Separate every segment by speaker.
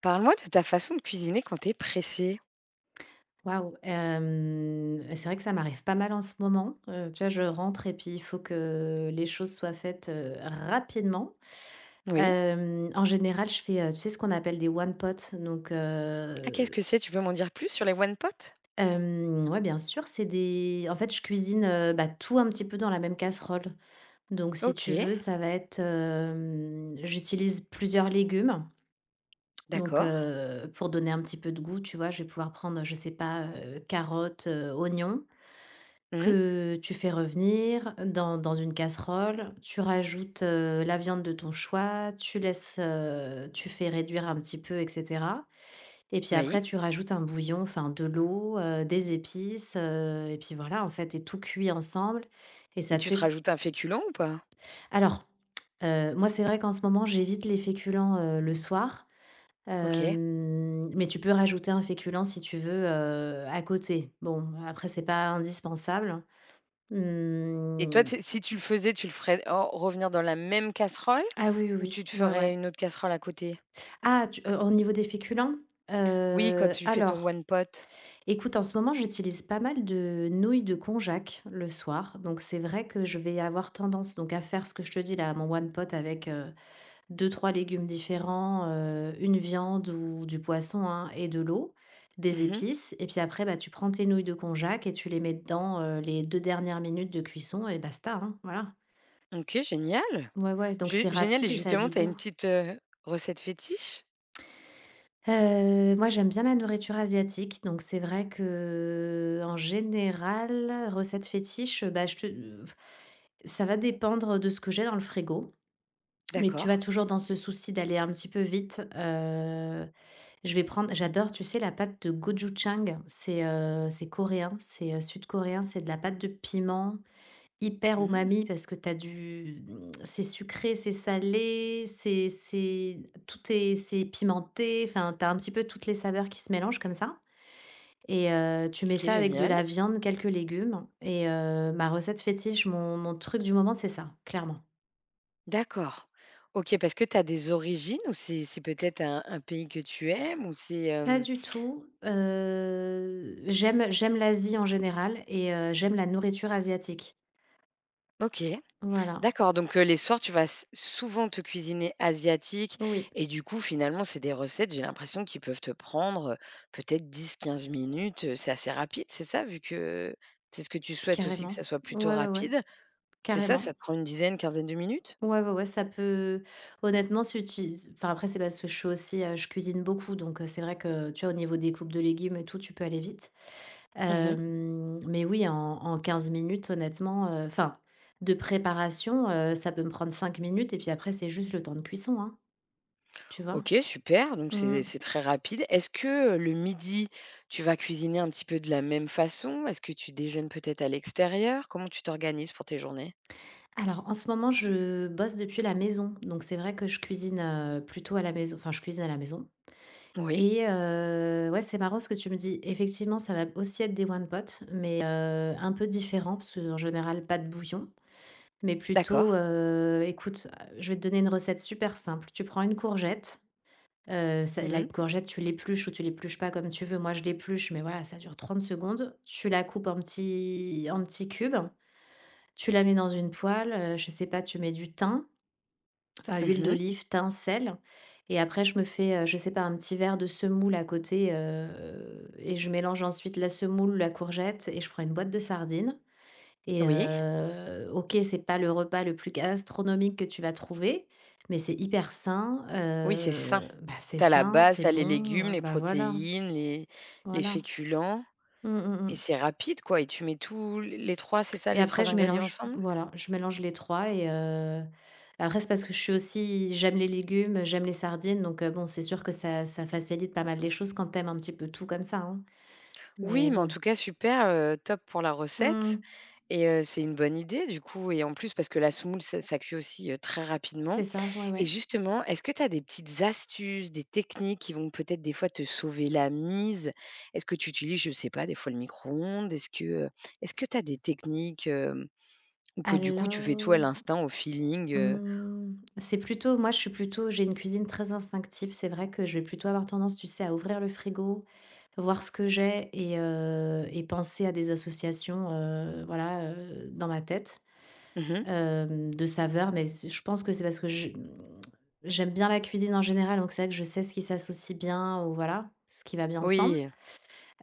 Speaker 1: Parle-moi de ta façon de cuisiner quand t'es pressé.
Speaker 2: Waouh, c'est vrai que ça m'arrive pas mal en ce moment. Tu vois, je rentre et puis il faut que les choses soient faites, rapidement.
Speaker 1: Oui.
Speaker 2: En général, je fais, tu sais ce qu'on appelle des one pot, donc,
Speaker 1: Ah, qu'est-ce que c'est? Tu peux m'en dire plus sur les one pot?
Speaker 2: ouais, bien sûr, c'est des, en fait, je cuisine, bah, tout un petit peu dans la même casserole. Donc, si tu
Speaker 1: OK,
Speaker 2: veux, ça va être, j'utilise plusieurs légumes, donc,
Speaker 1: d'accord.
Speaker 2: pour donner un petit peu de goût, tu vois, je vais pouvoir prendre, je sais pas, carottes, oignons.
Speaker 1: Mmh,
Speaker 2: Que tu fais revenir dans une casserole, tu rajoutes, la viande de ton choix, tu laisses, tu fais réduire un petit peu, et cetera, et puis
Speaker 1: oui.
Speaker 2: après tu rajoutes un bouillon, enfin de l'eau, des épices, et puis voilà, en fait, et tout cuit ensemble et
Speaker 1: Et
Speaker 2: ça te
Speaker 1: tu te
Speaker 2: fait.
Speaker 1: rajoutes un féculent ou pas?
Speaker 2: Alors, moi c'est vrai qu'en ce moment j'évite les féculents, le soir.
Speaker 1: OK.
Speaker 2: Mais tu peux rajouter un féculent si tu veux, à côté. Bon, après c'est pas indispensable.
Speaker 1: Et toi,
Speaker 2: Mmh.
Speaker 1: tu si tu le faisais, tu le ferais en revenir dans la même casserole
Speaker 2: Ah oui, oui,
Speaker 1: ou tu te
Speaker 2: oui, ouais,
Speaker 1: ferais
Speaker 2: ouais.
Speaker 1: une autre casserole à côté?
Speaker 2: Ah, tu au niveau des féculents?
Speaker 1: Oui, quand tu fais ton
Speaker 2: Alors,
Speaker 1: one pot.
Speaker 2: écoute, en ce moment, j'utilise pas mal de nouilles de konjac le soir, donc c'est vrai que je vais avoir tendance donc à faire ce que je te dis là, mon one pot avec, 2-3 légumes différents, une viande ou du poisson, hein, et de l'eau, des
Speaker 1: Mmh,
Speaker 2: épices, et puis après, bah, tu prends tes nouilles de konjac et tu les mets dedans, les 2 dernières minutes de cuisson, et basta, hein, voilà.
Speaker 1: OK, génial.
Speaker 2: Ouais, ouais, donc
Speaker 1: Gé
Speaker 2: c'est
Speaker 1: génial
Speaker 2: rapide
Speaker 1: et
Speaker 2: et ça a du
Speaker 1: justement, tu as
Speaker 2: goût.
Speaker 1: une petite, recette fétiche?
Speaker 2: Moi, j'aime bien la nourriture asiatique, donc c'est vrai que en général, recette fétiche, bah, je te euh, ça va dépendre de ce que j'ai dans le frigo, mais tu
Speaker 1: D'accord.
Speaker 2: vas toujours dans ce souci d'aller un petit peu vite, je vais prendre, j'adore, tu sais, la pâte de gochujang, c'est coréen, c'est, sud-coréen, c'est de la pâte de piment, hyper
Speaker 1: Mmh,
Speaker 2: umami parce que t'as du c'est sucré, c'est salé, c'est tout est c'est pimenté, enfin, t'as un petit peu toutes les saveurs qui se mélangent comme ça. Et tu mets
Speaker 1: OK,
Speaker 2: ça avec de
Speaker 1: génial.
Speaker 2: la viande, quelques légumes, et ma recette fétiche, mon truc du moment, c'est ça, clairement.
Speaker 1: D'accord. OK, parce que tu as des origines ou c'est peut-être un pays que tu aimes ou c'est,
Speaker 2: Pas
Speaker 1: hem
Speaker 2: du tout, j'aime l'Asie en général, et j'aime la nourriture asiatique.
Speaker 1: OK,
Speaker 2: Voilà,
Speaker 1: d'accord, donc les soirs, tu vas s souvent te cuisiner asiatique
Speaker 2: oui,
Speaker 1: et du coup, finalement, c'est des recettes, j'ai l'impression, qui peuvent te prendre, peut-être 10, 15 minutes, c'est assez rapide, c'est ça? Vu que c'est ce que tu souhaites aussi, que
Speaker 2: carrément.
Speaker 1: ça soit plutôt
Speaker 2: Ouais, ouais, ouais,
Speaker 1: rapide. C'est ça, ça
Speaker 2: carrément.
Speaker 1: te prend une dizaine, quinzaine de minutes?
Speaker 2: Ouais, ouais, ouais, ça peut honnêtement s'utilise, enfin, après, c'est parce que je suis aussi, je cuisine beaucoup, donc c'est vrai que, tu vois, au niveau des coupes de légumes et tout, tu peux aller vite.
Speaker 1: Mmh,
Speaker 2: Mais oui, en 15 minutes, honnêtement, enfin, de préparation, ça peut me prendre 5 minutes, et puis après, c'est juste le temps de cuisson, hein, tu vois?
Speaker 1: OK, super, donc
Speaker 2: Mmh.
Speaker 1: c'est très rapide. Est-ce que, le midi, tu vas cuisiner un petit peu de la même façon? Est-ce que tu déjeunes peut-être à l'extérieur? Comment tu t'organises pour tes journées?
Speaker 2: Alors, en ce moment, je bosse depuis la maison, donc c'est vrai que je cuisine, plutôt à la maison, enfin, je cuisine à la maison.
Speaker 1: Oui,
Speaker 2: Et ouais, c'est marrant ce que tu me dis. Effectivement, ça va aussi être des one pot, mais, un peu différent parce qu'en général, pas de bouillon, mais plutôt,
Speaker 1: d'accord.
Speaker 2: écoute, je vais te donner une recette super simple. Tu prends une courgette, ça la
Speaker 1: Mmh mh.
Speaker 2: courgette, tu l'épluches ou tu l'épluches pas comme tu veux. Moi, je l'épluche, mais voilà, ça dure 30 secondes. Tu la coupes en petits cubes, tu la mets dans une poêle, je sais pas, tu mets du thym, enfin, huile
Speaker 1: Mmh.
Speaker 2: d'olive, thym, sel, et après je me fais, je sais pas, un petit verre de semoule à côté, et je mélange ensuite la semoule, la courgette, et je prends une boîte de sardines. Et
Speaker 1: Oui.
Speaker 2: OK, c'est pas le repas le plus gastronomique que tu vas trouver, mais c'est hyper sain,
Speaker 1: Oui, c'est sain.
Speaker 2: bah, c'est
Speaker 1: T'as la
Speaker 2: sain,
Speaker 1: base,
Speaker 2: c'est
Speaker 1: t'as les
Speaker 2: bon,
Speaker 1: légumes, les
Speaker 2: bah, voilà,
Speaker 1: protéines, les
Speaker 2: voilà.
Speaker 1: féculents
Speaker 2: Mmh mh,
Speaker 1: et
Speaker 2: mmh.
Speaker 1: c'est rapide, quoi et tu mets tous l les 3 c'est ça,
Speaker 2: Et
Speaker 1: les
Speaker 2: après
Speaker 1: 3
Speaker 2: je
Speaker 1: ingrédients
Speaker 2: mélange,
Speaker 1: ensemble?
Speaker 2: voilà, je mélange les trois, et après c'est parce que je suis aussi, j'aime les légumes, j'aime les sardines, donc bon, c'est sûr que ça facilite pas mal les choses quand t'aimes un petit peu tout comme ça, hein. Mais
Speaker 1: Oui, mais en
Speaker 2: bon,
Speaker 1: tout cas super, top pour la recette
Speaker 2: mmh,
Speaker 1: et c'est une bonne idée du coup et en plus parce que la semoule ça ça cuit aussi, très rapidement.
Speaker 2: c'est ça, ouais,
Speaker 1: Et
Speaker 2: ouais.
Speaker 1: justement, est-ce que tu as des petites astuces, des techniques qui vont peut-être des fois te sauver la mise? Est-ce que tu utilises, je ne sais pas, des fois le micro-ondes? Est-ce que tu as des techniques, ou que du coup tu fais tout à
Speaker 2: Alors,
Speaker 1: l'instinct, au feeling,
Speaker 2: mmh, c'est plutôt, moi je suis plutôt, j'ai une cuisine très instinctive, c'est vrai que je vais plutôt avoir tendance, tu sais, à ouvrir le frigo, voir ce que j'ai, et penser à des associations, voilà, dans ma tête.
Speaker 1: Mmh.
Speaker 2: De saveurs, mais c je pense que c'est parce que je j'aime bien la cuisine en général, donc c'est vrai que je sais ce qui s'associe bien, ou voilà, ce qui va bien ensemble.
Speaker 1: Oui,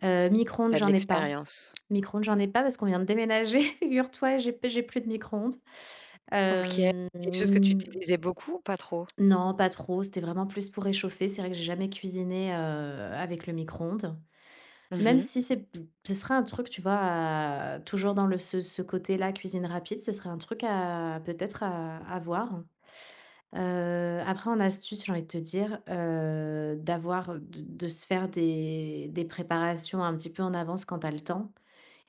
Speaker 2: Micro-ondes,
Speaker 1: tu as de
Speaker 2: j'en ai pas.
Speaker 1: l'expérience.
Speaker 2: Micro-ondes, j'en ai pas parce qu'on vient de déménager, figure-toi, j'ai plus de micro-ondes.
Speaker 1: OK. C'est
Speaker 2: Hem,
Speaker 1: quelque chose que tu utilisais beaucoup ou pas trop?
Speaker 2: non, pas trop, c'était vraiment plus pour réchauffer. C'est vrai que j'ai jamais cuisiné, avec le micro-ondes. Même
Speaker 1: Mmh.
Speaker 2: si c'est ce serait un truc, tu vois, à toujours dans le ce ce côté-là, cuisine rapide, ce serait un truc à peut-être à voir. Après, en astuce, j'ai envie de te dire, d'avoir de se faire des préparations un petit peu en avance quand t'as le temps,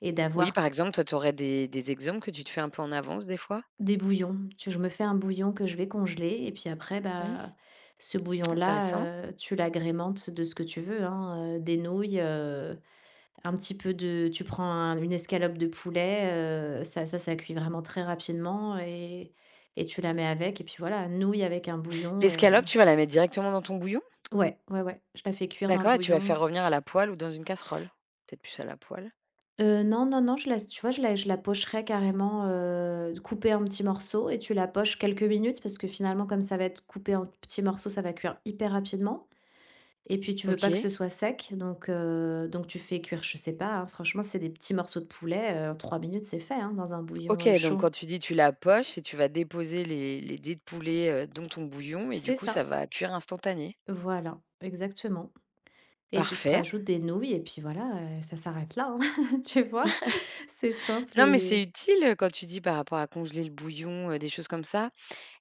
Speaker 2: et
Speaker 1: Oui,
Speaker 2: d'avoir
Speaker 1: par exemple, toi, tu aurais des exemples que tu te fais un peu en avance des fois?
Speaker 2: des bouillons. Tu Je me fais un bouillon que je vais congeler, et puis après,
Speaker 1: Mmh,
Speaker 2: bah, ce
Speaker 1: intéressant.
Speaker 2: bouillon-là, tu l'agrémentes de ce que tu veux, hein, des nouilles, un petit peu de, tu prends un une escalope de poulet, ça cuit vraiment très rapidement, et tu la mets avec, et puis voilà, nouilles avec un bouillon
Speaker 1: L'escalope, tu vas la mettre directement dans ton bouillon?
Speaker 2: Ouais, ouais, ouais, je la fais cuire dans le
Speaker 1: D'accord et tu vas
Speaker 2: bouillon.
Speaker 1: faire revenir à la poêle ou dans une casserole? Peut-être plus à la poêle.
Speaker 2: Non, non, non, je la tu vois, je la pocherai carrément, coupée en petits morceaux, et tu la poches quelques minutes parce que finalement, comme ça va être coupé en petits morceaux, ça va cuire hyper rapidement. Et puis tu veux pas que
Speaker 1: OK.
Speaker 2: ce soit sec, donc tu fais cuire, je sais pas, hein, franchement, c'est des petits morceaux de poulet, en 3 minutes, c'est fait, hein, dans un bouillon,
Speaker 1: OK, donc
Speaker 2: chaud.
Speaker 1: quand tu dis tu la poches et tu vas déposer les dés de poulet, dans ton bouillon et du
Speaker 2: C'est
Speaker 1: coup,
Speaker 2: ça,
Speaker 1: ça va cuire instantané.
Speaker 2: voilà, exactement, et tu te
Speaker 1: Parfait.
Speaker 2: rajoutes des nouilles et puis voilà, ça s'arrête là, hein, tu vois? C'est simple
Speaker 1: Non, mais c'est
Speaker 2: et...
Speaker 1: utile, quand tu dis par rapport à congeler le bouillon, des choses comme ça.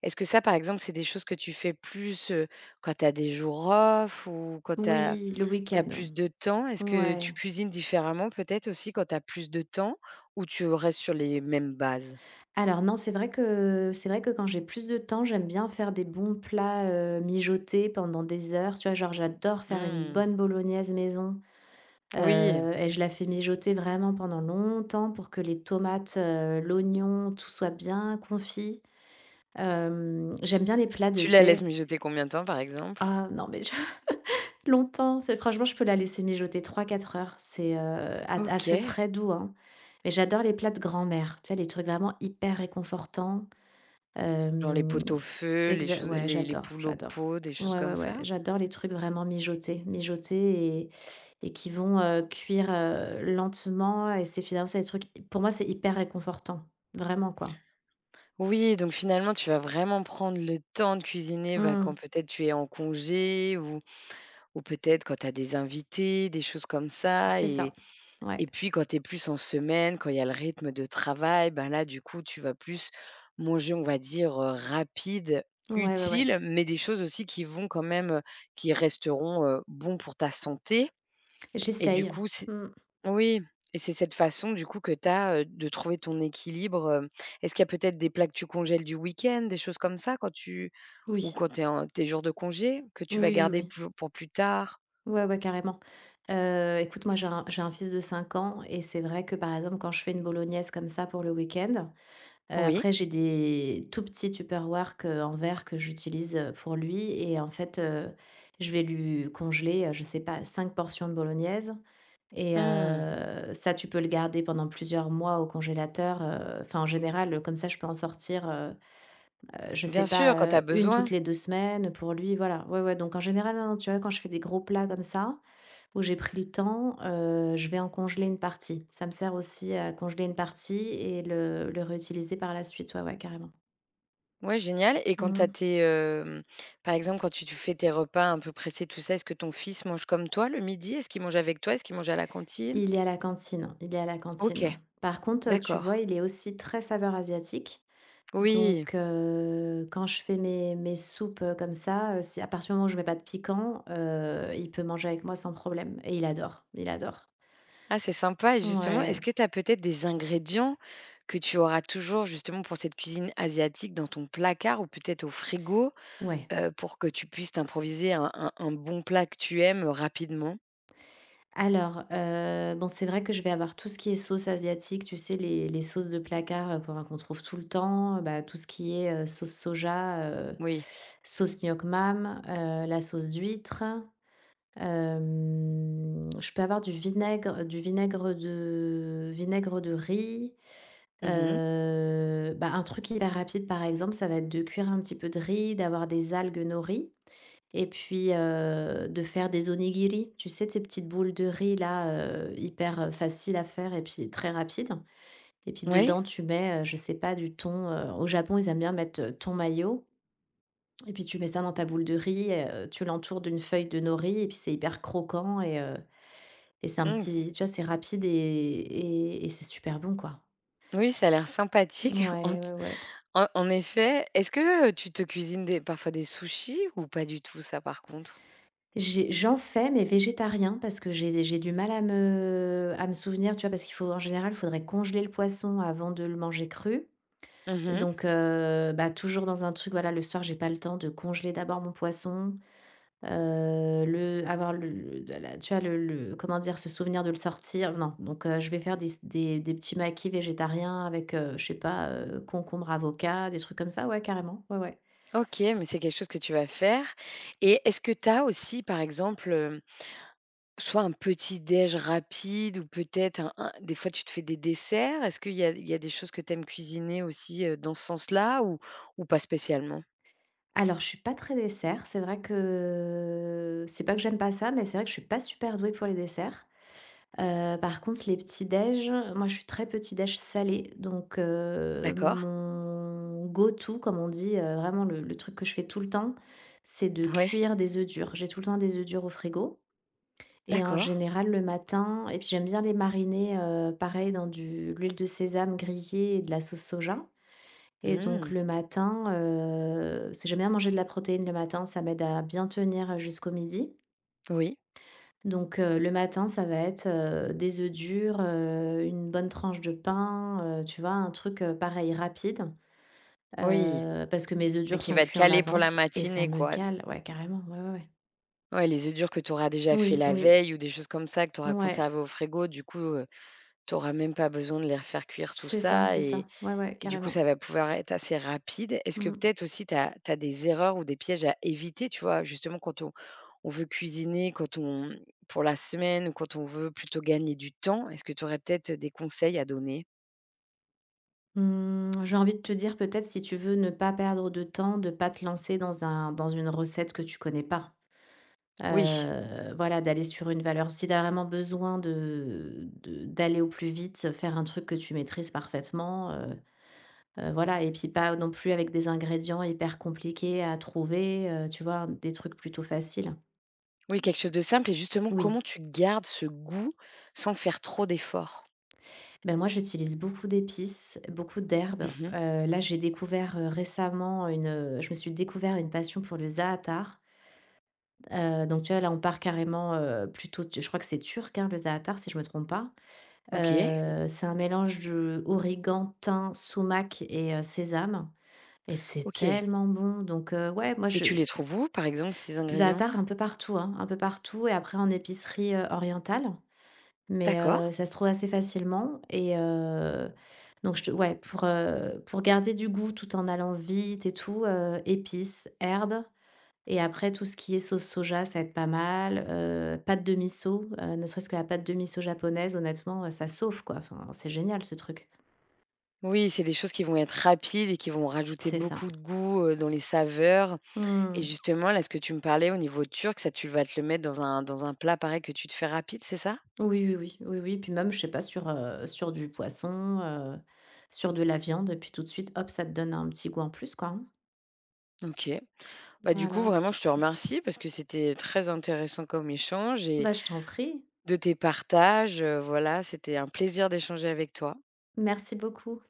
Speaker 1: Est-ce que ça, par exemple, c'est des choses que tu fais plus, quand tu as des jours off ou quand tu as
Speaker 2: Oui, le week-end.
Speaker 1: plus de temps? Est-ce que tu
Speaker 2: Ouais.
Speaker 1: cuisines différemment peut-être aussi quand tu as plus de temps ou tu restes sur les mêmes bases?
Speaker 2: Alors non, c'est vrai que quand j'ai plus de temps, j'aime bien faire des bons plats, mijotés pendant des heures, tu vois? Genre, j'adore faire une
Speaker 1: Mmh,
Speaker 2: bonne bolognaise maison,
Speaker 1: oui.
Speaker 2: et je la fais mijoter vraiment pendant longtemps pour que les tomates, l'oignon, tout soit bien confit. J'aime bien les plats de
Speaker 1: Tu la laisses
Speaker 2: tu
Speaker 1: mijoter combien de temps, par exemple?
Speaker 2: ah non, mais longtemps, c'est, franchement, je peux la laisser mijoter trois quatre heures. C'est, à feu
Speaker 1: OK.
Speaker 2: très doux, hein. Mais j'adore les plats de grand-mère, tu sais, les trucs vraiment hyper réconfortants.
Speaker 1: Genre les
Speaker 2: Hem,
Speaker 1: pot-au-feu, les
Speaker 2: exa
Speaker 1: choses
Speaker 2: Ouais,
Speaker 1: les
Speaker 2: j'adore,
Speaker 1: poules au
Speaker 2: j'adore.
Speaker 1: pot, des choses
Speaker 2: Ouais, ouais,
Speaker 1: comme
Speaker 2: ouais,
Speaker 1: ça?
Speaker 2: j'adore les trucs vraiment mijotés, mijotés, et qui vont, cuire, lentement, et c'est finalement, c'est des trucs pour moi, c'est hyper réconfortant, vraiment, quoi.
Speaker 1: Oui, donc finalement, tu vas vraiment prendre le temps de cuisiner, bah,
Speaker 2: Mmh,
Speaker 1: quand peut-être tu es en congé ou peut-être quand tu as des invités, des choses comme ça
Speaker 2: c'est ça. Ouais.
Speaker 1: et puis quand tu es plus en semaine, quand il y a le rythme de travail, ben là, du coup, tu vas plus manger, on va dire, rapide,
Speaker 2: Ouais, ouais, ouais.
Speaker 1: utile, mais des choses aussi qui vont quand même, qui resteront, bons pour ta santé et du
Speaker 2: J'essaye.
Speaker 1: coup, si.
Speaker 2: Mmh.
Speaker 1: Oui et c'est cette façon du coup que tu as, de trouver ton équilibre, est-ce qu'il y a peut-être des plats que tu congèles du week-end, des choses comme ça quand tu ou
Speaker 2: Oui.
Speaker 1: quand tu es en tes jours de congé, que tu vas
Speaker 2: Oui, oui,
Speaker 1: garder
Speaker 2: oui.
Speaker 1: pou pour plus tard?
Speaker 2: Ouais, ouais, carrément. Écoute, moi, j'ai un fils de 5 ans, et c'est vrai que, par exemple, quand je fais une bolognaise comme ça pour le week-end,
Speaker 1: Oui.
Speaker 2: après j'ai des tout petits Tupperware que en verre que j'utilise, pour lui, et en fait, je vais lui congeler, je sais pas, 5 portions de bolognaise. Et
Speaker 1: Mmh.
Speaker 2: ça, tu peux le garder pendant plusieurs mois au congélateur, enfin, en général, comme ça, je peux en sortir, je sais
Speaker 1: Bien sûr, quand
Speaker 2: pas,
Speaker 1: tu as
Speaker 2: 1 toutes
Speaker 1: besoin.
Speaker 2: les 2 semaines pour lui, voilà. Ouais, ouais, donc en général, non, tu vois, quand je fais des gros plats comme ça, où j'ai pris le temps, je vais en congeler une partie. Ça me sert aussi à congeler une partie et le réutiliser par la suite. Ouais, ouais, carrément.
Speaker 1: Ouais, génial et quand tu
Speaker 2: Mmh.
Speaker 1: tes, par exemple, quand tu tu fais tes repas un peu pressés, tout ça, est-ce que ton fils mange comme toi le midi? Est-ce qu'il mange avec toi? Est-ce qu'il mange à la cantine?
Speaker 2: Il est à la cantine, il est à la
Speaker 1: OK,
Speaker 2: cantine. Par contre, tu vois,
Speaker 1: d'accord.
Speaker 2: il est aussi très saveur asiatique.
Speaker 1: Oui.
Speaker 2: Donc, quand je fais mes soupes, comme ça, si à partir du moment où je mets pas de piquant, il peut manger avec moi sans problème, et il adore, il adore.
Speaker 1: Ah, c'est sympa et justement, est-ce
Speaker 2: Ouais,
Speaker 1: que tu as peut-être des ingrédients que tu auras toujours justement pour cette cuisine asiatique dans ton placard ou peut-être au frigo,
Speaker 2: ouais.
Speaker 1: pour que tu puisses t'improviser un bon plat que tu aimes, rapidement?
Speaker 2: Alors, bon, c'est vrai que je vais avoir tout ce qui est sauce asiatique, tu sais, les sauces de placard, qu'on trouve tout le temps, bah, tout ce qui est, sauce soja,
Speaker 1: Oui.
Speaker 2: sauce gnoc mam, la sauce d'huître, je peux avoir du vinaigre de riz.
Speaker 1: Mmh.
Speaker 2: Bah, un truc hyper rapide, par exemple, ça va être de cuire un petit peu de riz, d'avoir des algues nori. Et puis, de faire des onigiri, tu sais, de ces petites boules de riz là, hyper, faciles à faire et puis très rapides. Et puis
Speaker 1: Oui.
Speaker 2: dedans, tu mets, je sais pas, du thon, au Japon, ils aiment bien mettre, thon mayo et puis tu mets ça dans ta boule de riz, tu l'entoures d'une feuille de nori et puis c'est hyper croquant et et c'est un
Speaker 1: Mmh.
Speaker 2: petit, tu vois, c'est rapide et c'est super bon, quoi.
Speaker 1: Oui, ça a l'air sympathique en
Speaker 2: Ouais, ouais, ouais.
Speaker 1: en en effet. Est-ce que, tu te cuisines des parfois des sushis ou pas du tout ça par contre?
Speaker 2: J'ai j'en fais, mais végétarien, parce que j'ai du mal à me souvenir, tu vois? Parce qu'il faut en général, il faudrait congeler le poisson avant de le manger cru.
Speaker 1: Mmh,
Speaker 2: Donc, bah, toujours dans un truc, voilà, le soir, j'ai pas le temps de congeler d'abord mon poisson, le avoir le de la, tu vois? Le comment dire? Se souvenir de le sortir, non. Donc, je vais faire des petits maquis végétariens avec, je sais pas, concombre, avocat, des trucs comme ça, ouais, carrément, ouais, ouais.
Speaker 1: OK, mais c'est quelque chose que tu vas faire et est-ce que tu as aussi par exemple, soit un petit déj rapide ou peut-être un des fois tu te fais des desserts. Est-ce qu'il y a il y a des choses que tu aimes cuisiner aussi, dans ce sens-là ou pas spécialement?
Speaker 2: Alors, je suis pas très dessert. C'est vrai que c'est pas que j'aime pas ça, mais c'est vrai que je suis pas super douée pour les desserts. Par contre, les petits déj, moi, je suis très petit déj salé, donc
Speaker 1: D'accord,
Speaker 2: mon go to, comme on dit, vraiment le truc que je fais tout le temps, c'est de
Speaker 1: oui
Speaker 2: cuire des œufs durs. J'ai tout le temps des œufs durs au frigo et en
Speaker 1: d'accord.
Speaker 2: général le matin, et puis j'aime bien les mariner, pareil dans de l'huile de sésame grillée et de la sauce soja. Et donc
Speaker 1: Mmh.
Speaker 2: le matin, parce que j'aime bien manger de la protéine le matin, ça m'aide à bien tenir jusqu'au midi.
Speaker 1: Oui,
Speaker 2: Donc le matin, ça va être, des œufs durs, une bonne tranche de pain, tu vois? Un truc, pareil rapide,
Speaker 1: oui,
Speaker 2: parce que mes œufs
Speaker 1: mais
Speaker 2: durs
Speaker 1: qui
Speaker 2: sont
Speaker 1: va te
Speaker 2: cuits en
Speaker 1: caler pour la
Speaker 2: avance et ça
Speaker 1: matinée
Speaker 2: me
Speaker 1: quoi.
Speaker 2: cale, ouais, carrément, ouais, ouais, ouais.
Speaker 1: Ouais, les œufs durs que tu auras déjà fait
Speaker 2: Oui,
Speaker 1: la
Speaker 2: oui,
Speaker 1: veille ou des choses comme ça que tu auras
Speaker 2: ouais,
Speaker 1: conservées au frigo, du coup, tu auras même pas besoin de les refaire cuire tout
Speaker 2: c'est ça,
Speaker 1: ça
Speaker 2: c'est
Speaker 1: et
Speaker 2: ça. Ouais, ouais,
Speaker 1: Et du coup, ça
Speaker 2: carrément.
Speaker 1: va pouvoir être assez rapide. Est-ce que
Speaker 2: Mmh.
Speaker 1: peut-être aussi tu as des erreurs ou des pièges à éviter, tu vois? Justement quand on veut cuisiner, quand on pour la semaine ou quand on veut plutôt gagner du temps, est-ce que tu aurais peut-être des conseils à donner?
Speaker 2: Mmh, j'ai envie de te dire peut-être si tu veux ne pas perdre de temps, de pas te lancer dans une recette que tu connais pas.
Speaker 1: Oui,
Speaker 2: Voilà, d'aller sur une valeur si tu as vraiment besoin de d'aller au plus vite, faire un truc que tu maîtrises parfaitement, voilà, et puis pas non plus avec des ingrédients hyper compliqués à trouver, tu vois? Des trucs plutôt faciles.
Speaker 1: oui, quelque chose de simple et justement
Speaker 2: Oui,
Speaker 1: comment tu gardes ce goût sans faire trop d'efforts?
Speaker 2: ben, moi, j'utilise beaucoup d'épices, beaucoup d'herbes,
Speaker 1: Mmh,
Speaker 2: là, j'ai découvert, récemment une, je me suis découvert une passion pour le za'atar. Donc tu vois, là, on part carrément, plutôt je crois que c'est turc, hein, le za'atar, si je me trompe pas.
Speaker 1: OK,
Speaker 2: C'est un mélange de origan, thym, sumac et sésame, et c'est
Speaker 1: OK
Speaker 2: tellement bon, donc ouais, moi
Speaker 1: et
Speaker 2: je
Speaker 1: tu les trouves où par exemple ces ingrédients?
Speaker 2: za'atar un peu partout, hein, un peu partout et après en épicerie, orientale, mais
Speaker 1: D'accord.
Speaker 2: ça se trouve assez facilement. Donc je te ouais, pour garder du goût tout en allant vite et tout, épices, herbes, et après tout ce qui est sauce soja, ça va être pas mal, pâte de miso, ne serait-ce que la pâte de miso japonaise, honnêtement, ça sauve, quoi, enfin, c'est génial ce truc.
Speaker 1: Oui, c'est des choses qui vont être rapides et qui vont rajouter
Speaker 2: C'est ça.
Speaker 1: beaucoup de goût, dans les saveurs. Et
Speaker 2: Mmh.
Speaker 1: justement, là, ce que tu me parlais au niveau turc, ça, tu vas te le mettre dans un plat pareil que tu te fais rapide, c'est ça?
Speaker 2: Oui, oui, oui, oui, oui. Puis même, je sais pas, sur, sur du poisson, sur de la viande, et puis tout de suite, hop, ça te donne un petit goût en plus, quoi, hein.
Speaker 1: OK. Bah, du coup,
Speaker 2: Voilà.
Speaker 1: vraiment, je te remercie parce que c'était très intéressant comme échange et
Speaker 2: Bah, je t'en prie.
Speaker 1: de tes partages, voilà, c'était un plaisir d'échanger avec toi.
Speaker 2: Merci beaucoup.